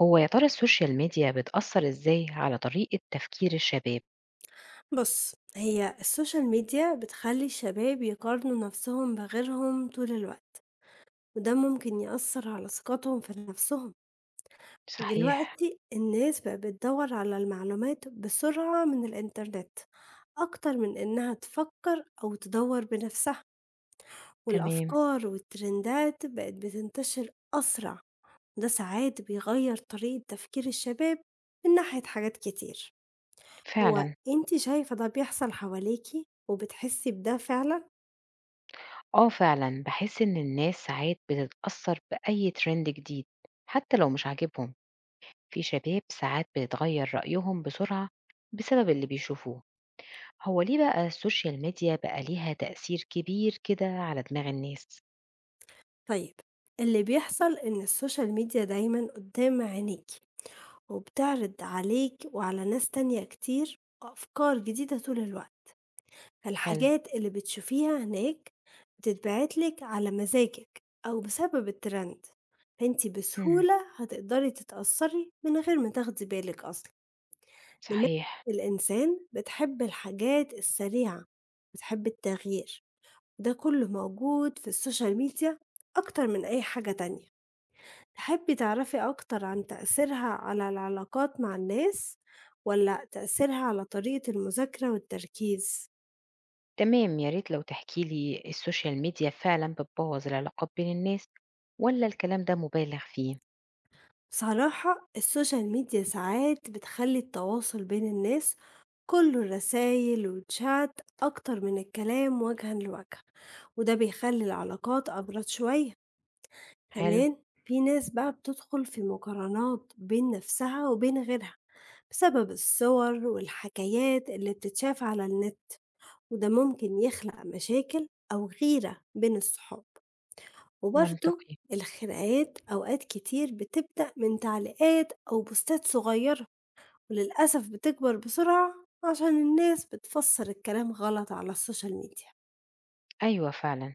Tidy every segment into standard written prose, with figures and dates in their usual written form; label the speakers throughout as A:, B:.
A: هو يا ترى السوشيال ميديا بتأثّر إزاي على طريقة تفكير الشباب؟
B: بُص، هي السوشيال ميديا بتخلّي الشباب يقارنوا نفسهم بغيرهم طول الوقت، وده ممكن يأثّر على ثقتهم في نفسهم،
A: صحيح،
B: ودلوقتي الناس بقت بتدوّر على المعلومات بسرعة من الإنترنت، أكتر من إنها تفكّر أو تدوّر بنفسها،
A: تمام،
B: والأفكار والترندات بقت بتنتشر أسرع، وده ساعات بيغيّر طريقة تفكير الشباب من ناحية حاجات كتير. هو
A: فعلًا،
B: أنتِ شايفة ده بيحصل حواليكِ وبتحسّي بده فعلًا؟
A: آه فعلًا، باحس إن الناس ساعات بتتأثّر بأي trend جديد حتى لو مش عاجبهم، في شباب ساعات بتغيّر رأيهم بسرعة بسبب اللي بيشوفوه، هو ليه بقى السوشيال ميديا بقى ليها تأثير كبير كده على دماغ الناس؟
B: طيب، اللي بيحصل إن السوشيال ميديا دايمًا قدّام عينيكِ وبتعرض عليكِ وعلى ناس تانية كتير أفكار جديدة طول الوقت،
A: حلو،
B: فالحاجات اللي بتشوفيها هناك بتتبعت لِك على مزاجِك أو بسبب الtrend، فأنتِ
A: إمم،
B: بسهولة هتقدري تتأثّري من غير ما تاخدي بالِك أصلًا. دماغ
A: صحيح.
B: الإنسان بتحب الحاجات السريعة، بتحب التغيير. ده كله موجود في السوشيال ميديا أكتر من أي حاجة تانية. تحبي تعرفي أكتر عن تأثيرها على العلاقات مع الناس ولا تأثيرها على طريقة المذاكرة والتركيز؟
A: تمام، يا ريت لو تحكي لي السوشيال ميديا فعلا بتبوظ العلاقات بين الناس ولا الكلام ده مبالغ فيه؟
B: بصراحة السوشيال ميديا ساعات بتخلي التواصل بين الناس كله رسايل وتشات أكتر من الكلام وجها لوجه، وده بيخلي العلاقات أبرد شوية.
A: حلو.
B: كمان في ناس بقى بتدخل في مقارنات بين نفسها وبين غيرها بسبب الصور والحكايات اللي بتتشاف على النت، وده ممكن يخلق مشاكل أو غيرة بين الصحاب. وبرضه
A: منطقي.
B: الخناقات أوقات كتير بتبدأ من تعليقات أو بوستات صغيرة، وللأسف بتكبر بسرعة عشان الناس بتفسر الكلام غلط على السوشيال ميديا.
A: أيوة فعلا.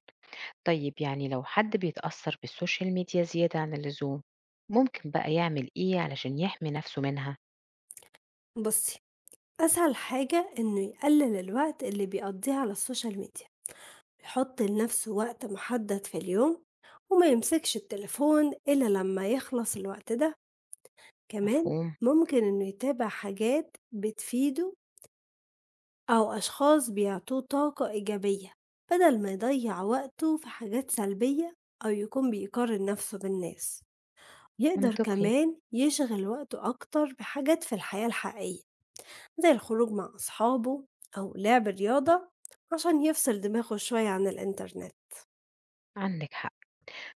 A: طيب يعني لو حد بيتأثر بالسوشيال ميديا زيادة عن اللزوم ممكن بقى يعمل إيه علشان يحمي نفسه منها؟
B: بصي، أسهل حاجة إنه يقلل الوقت اللي بيقضيه على السوشيال ميديا، يحط لنفسه وقت محدد في اليوم وما يمسكش التليفون إلا لما يخلص الوقت ده. كمان
A: مفهوم.
B: ممكن إنه يتابع حاجات بتفيده أو أشخاص بيعطوه طاقة إيجابية بدل ما يضيع وقته في حاجات سلبية أو يكون بيقارن نفسه بالناس. يقدر
A: منطقي.
B: كمان يشغل وقته أكتر بحاجات في الحياة الحقيقية، زي الخروج مع أصحابه أو لعب الرياضة، عشان يفصل دماغه شوية عن الإنترنت.
A: عندك حق.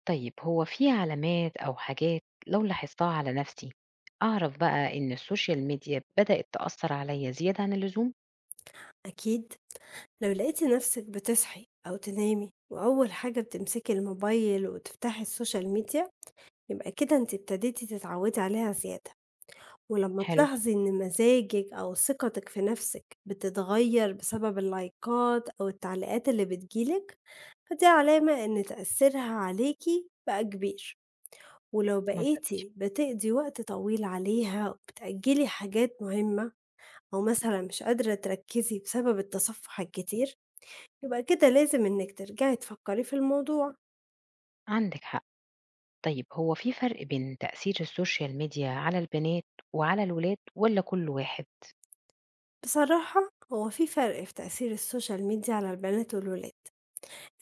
A: طيب هو في علامات أو حاجات لو لاحظتها على نفسي أعرف بقى إن السوشيال ميديا بدأت تأثر عليا زيادة عن اللزوم؟
B: أكيد، لو لقيتي نفسك بتصحي أو تنامي وأول حاجة بتمسكي الموبايل وتفتحي السوشيال ميديا، يبقى كده انت ابتديتي تتعودي عليها زيادة. ولما
A: حلو.
B: تلاحظي ان مزاجك أو ثقتك في نفسك بتتغير بسبب اللايكات أو التعليقات اللي بتجيلك، فدي علامة ان تأثيرها عليكي بقى كبير. ولو
A: منطقي.
B: بقيتي بتقضي وقت طويل عليها وبتأجلي حاجات مهمة، أو مثلا مش قادرة تركزي بسبب التصفح الكتير، يبقى كده لازم إنِك ترجعي تفكري في الموضوع.
A: عندك حق. طيب هو في فرق بين تأثير السوشيال ميديا على البنات وعلى الولاد ولا كل واحد؟
B: بصراحة هو في فرق في تأثير السوشيال ميديا على البنات والولاد.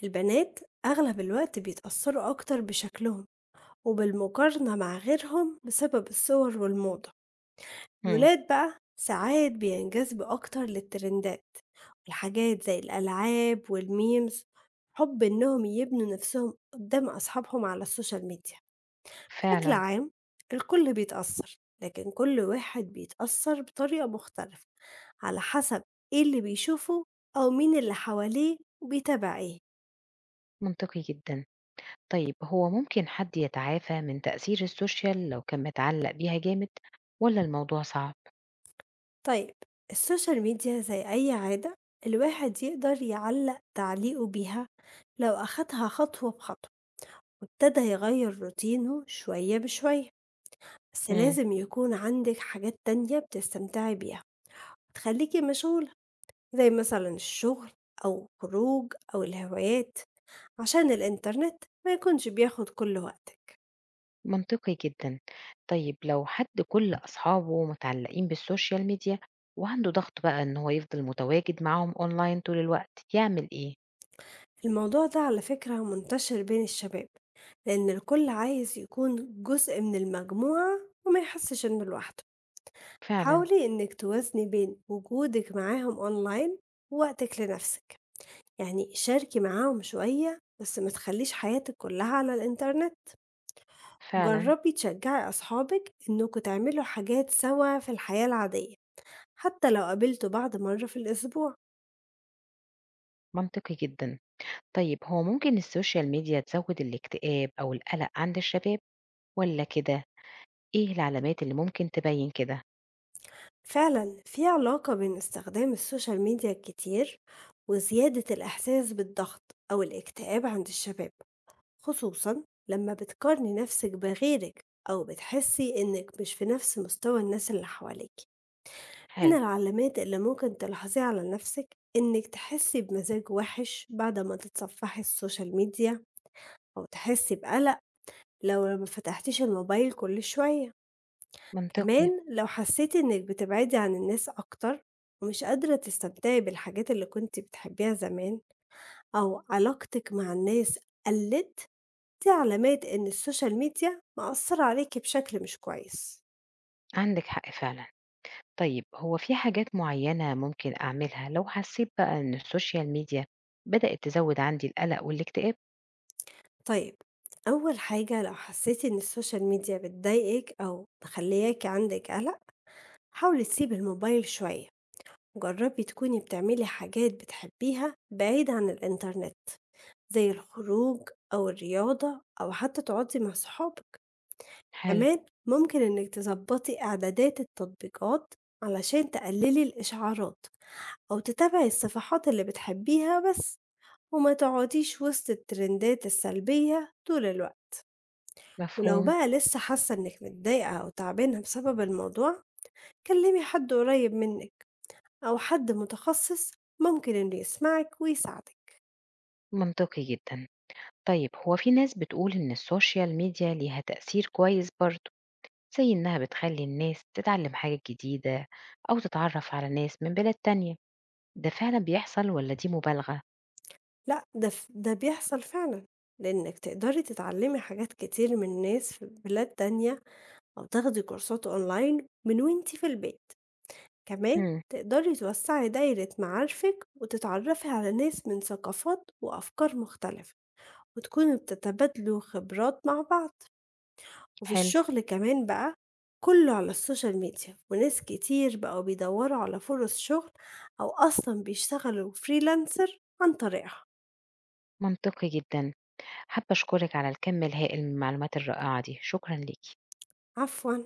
B: البنات أغلب الوقت بيتأثروا أكتر بشكلهم وبالمقارنة مع غيرهم بسبب الصور والموضة.
A: مم.
B: الولاد بقى ساعات بينجذبوا أكتر للترندات والحاجات زي الألعاب والميمز، حب إنهم يبنوا نفسهم قدام أصحابهم على السوشيال ميديا. بشكل
A: فعلا.
B: عام، الكل بيتأثر لكن كل واحد بيتأثر بطريقة مختلفة، على حسب ايه اللي بيشوفه أو مين اللي حواليه وبيتابع ايه.
A: منطقي جدا. طيب هو ممكن حد يتعافى من تأثير السوشيال لو كان متعلق بيها جامد ولا الموضوع صعب؟
B: طيب، السوشيال ميديا زي أي عادة، الواحد يقدر يعلق تعليقه بيها لو أخدها خطوة بخطوة وابتدى يغير روتينه شوية بشوية. بس
A: مم.
B: لازم يكون عندك حاجات تانية بتستمتعي بيها، تخليكي مشغولة، زي مثلا الشغل أو خروج أو الهوايات، عشان الإنترنت ما يكونش بياخد كل وقتك.
A: منطقي جدا. طيب لو حد كل أصحابه متعلقين بالسوشيال ميديا وعنده ضغط بقى إن هو يفضل متواجد معاهم أونلاين طول الوقت يعمل إيه؟
B: الموضوع ده على فكرة منتشر بين الشباب، لأن الكل عايز يكون جزء من المجموعة وما يحسش إنه لوحده.
A: فعلا.
B: حاولي إنك توازني بين وجودك معاهم أونلاين ووقتك لنفسك، يعني شاركي معاهم شوية بس ما تخليش حياتك كلها على الإنترنت.
A: فعلا.
B: جربي تشجعي أصحابك إنكوا تعملوا حاجات سوا في الحياة العادية، حتى لو قابلتوا بعض مرة في الأسبوع.
A: منطقي جدا. طيب هو ممكن السوشيال ميديا تزود الاكتئاب أو القلق عند الشباب ولا كده؟ إيه العلامات اللي ممكن تبين كده؟
B: فعلًا، في علاقة بين استخدام السوشيال ميديا الكتير وزيادة الإحساس بالضغط أو الاكتئاب عند الشباب، خصوصًا لما بتقارني نفسِك بغيرِك أو بتحسي إنِك مش في نفس مستوى الناس اللي حواليكِ. من
A: حلو.
B: العلامات اللي ممكن تلاحظيها على نفسِك إنِك تحسي بمزاج وِحِش بعد ما تتصفحي السوشيال ميديا، أو تحسي بقلق لو ما فتحتيش الموبايل كل شوية. كمان
A: منطقي.
B: لو حسيتِ إنِّك بتبعدي عن الناس أكتر ومش قادرة تستمتعي بالحاجات اللي كنتِ بتحبيها زمان، أو علاقتِك مع الناس قلِّت، دي علامات إن السوشيال ميديا مأثّرة عليكِ بشكل مش كويس.
A: عندك حق فعلا. طيب هو في حاجات معينة ممكن أعملها لو حسيت بقى إن السوشيال ميديا بدأت تزود عندي القلق والاكتئاب؟
B: طيب، أول حاجة لو حسيتِ إن السوشيال ميديا بتضايقِك أو مخلّياكِ عندِك قَلَق، حاولي تسيبي الموبايل شوية، جرّبي تكوني بتعملي حاجات بتحبيها بعيد عن الإنترنت، زي الخروج أو الرياضة أو حتى تقعدي مع صحابك.
A: حلو.
B: كمان ممكن إنك تظبطي إعدادات التطبيقات علشان تقللي الإشعارات أو تتابعي الصفحات اللي بتحبيها بس، وما تقعديش وسط الترندات السلبية طول الوقت. ولو
A: مفهوم.
B: بقى لسه حاسة إنك متضايقة أو تعبانة بسبب الموضوع، كلمي حد قريب منك أو حد متخصص، ممكن إنه يسمعك ويساعدك.
A: منطقي جدا. طيب هو في ناس بتقول إن السوشيال ميديا ليها تأثير كويس برضه زي إنها بتخلي الناس تتعلم حاجة جديدة أو تتعرف على ناس من بلاد تانية، ده فعلًا بيحصل والّا دي مبالغة؟
B: لأ، ده بيحصل فعلًا، لإنِّك تقدري تتعلّمي حاجات كتير من ناس في بلاد تانية أو تاخدي كورسات online من وأنتِ في البيت، كمان
A: إمم،
B: تقدري توسّعي دايرة معارفِك وتتعرّفي على ناس من ثقافات وأفكار مختلفة وتكونوا بتتبادلوا خبرات مع بعض، وفي
A: حلو،
B: الشغل كمان بقى كُلّه على السوشيال ميديا وناس كتير بقوا بيدوّروا على فُرَص شغل أو أصلًا بيشتغلوا freelancer عن طريقها.
A: منطقي جدًا. حابة أشكرِك على الكم الهائل من المعلومات الرائعة دي، شكرًا ليكِ.
B: عفوًا.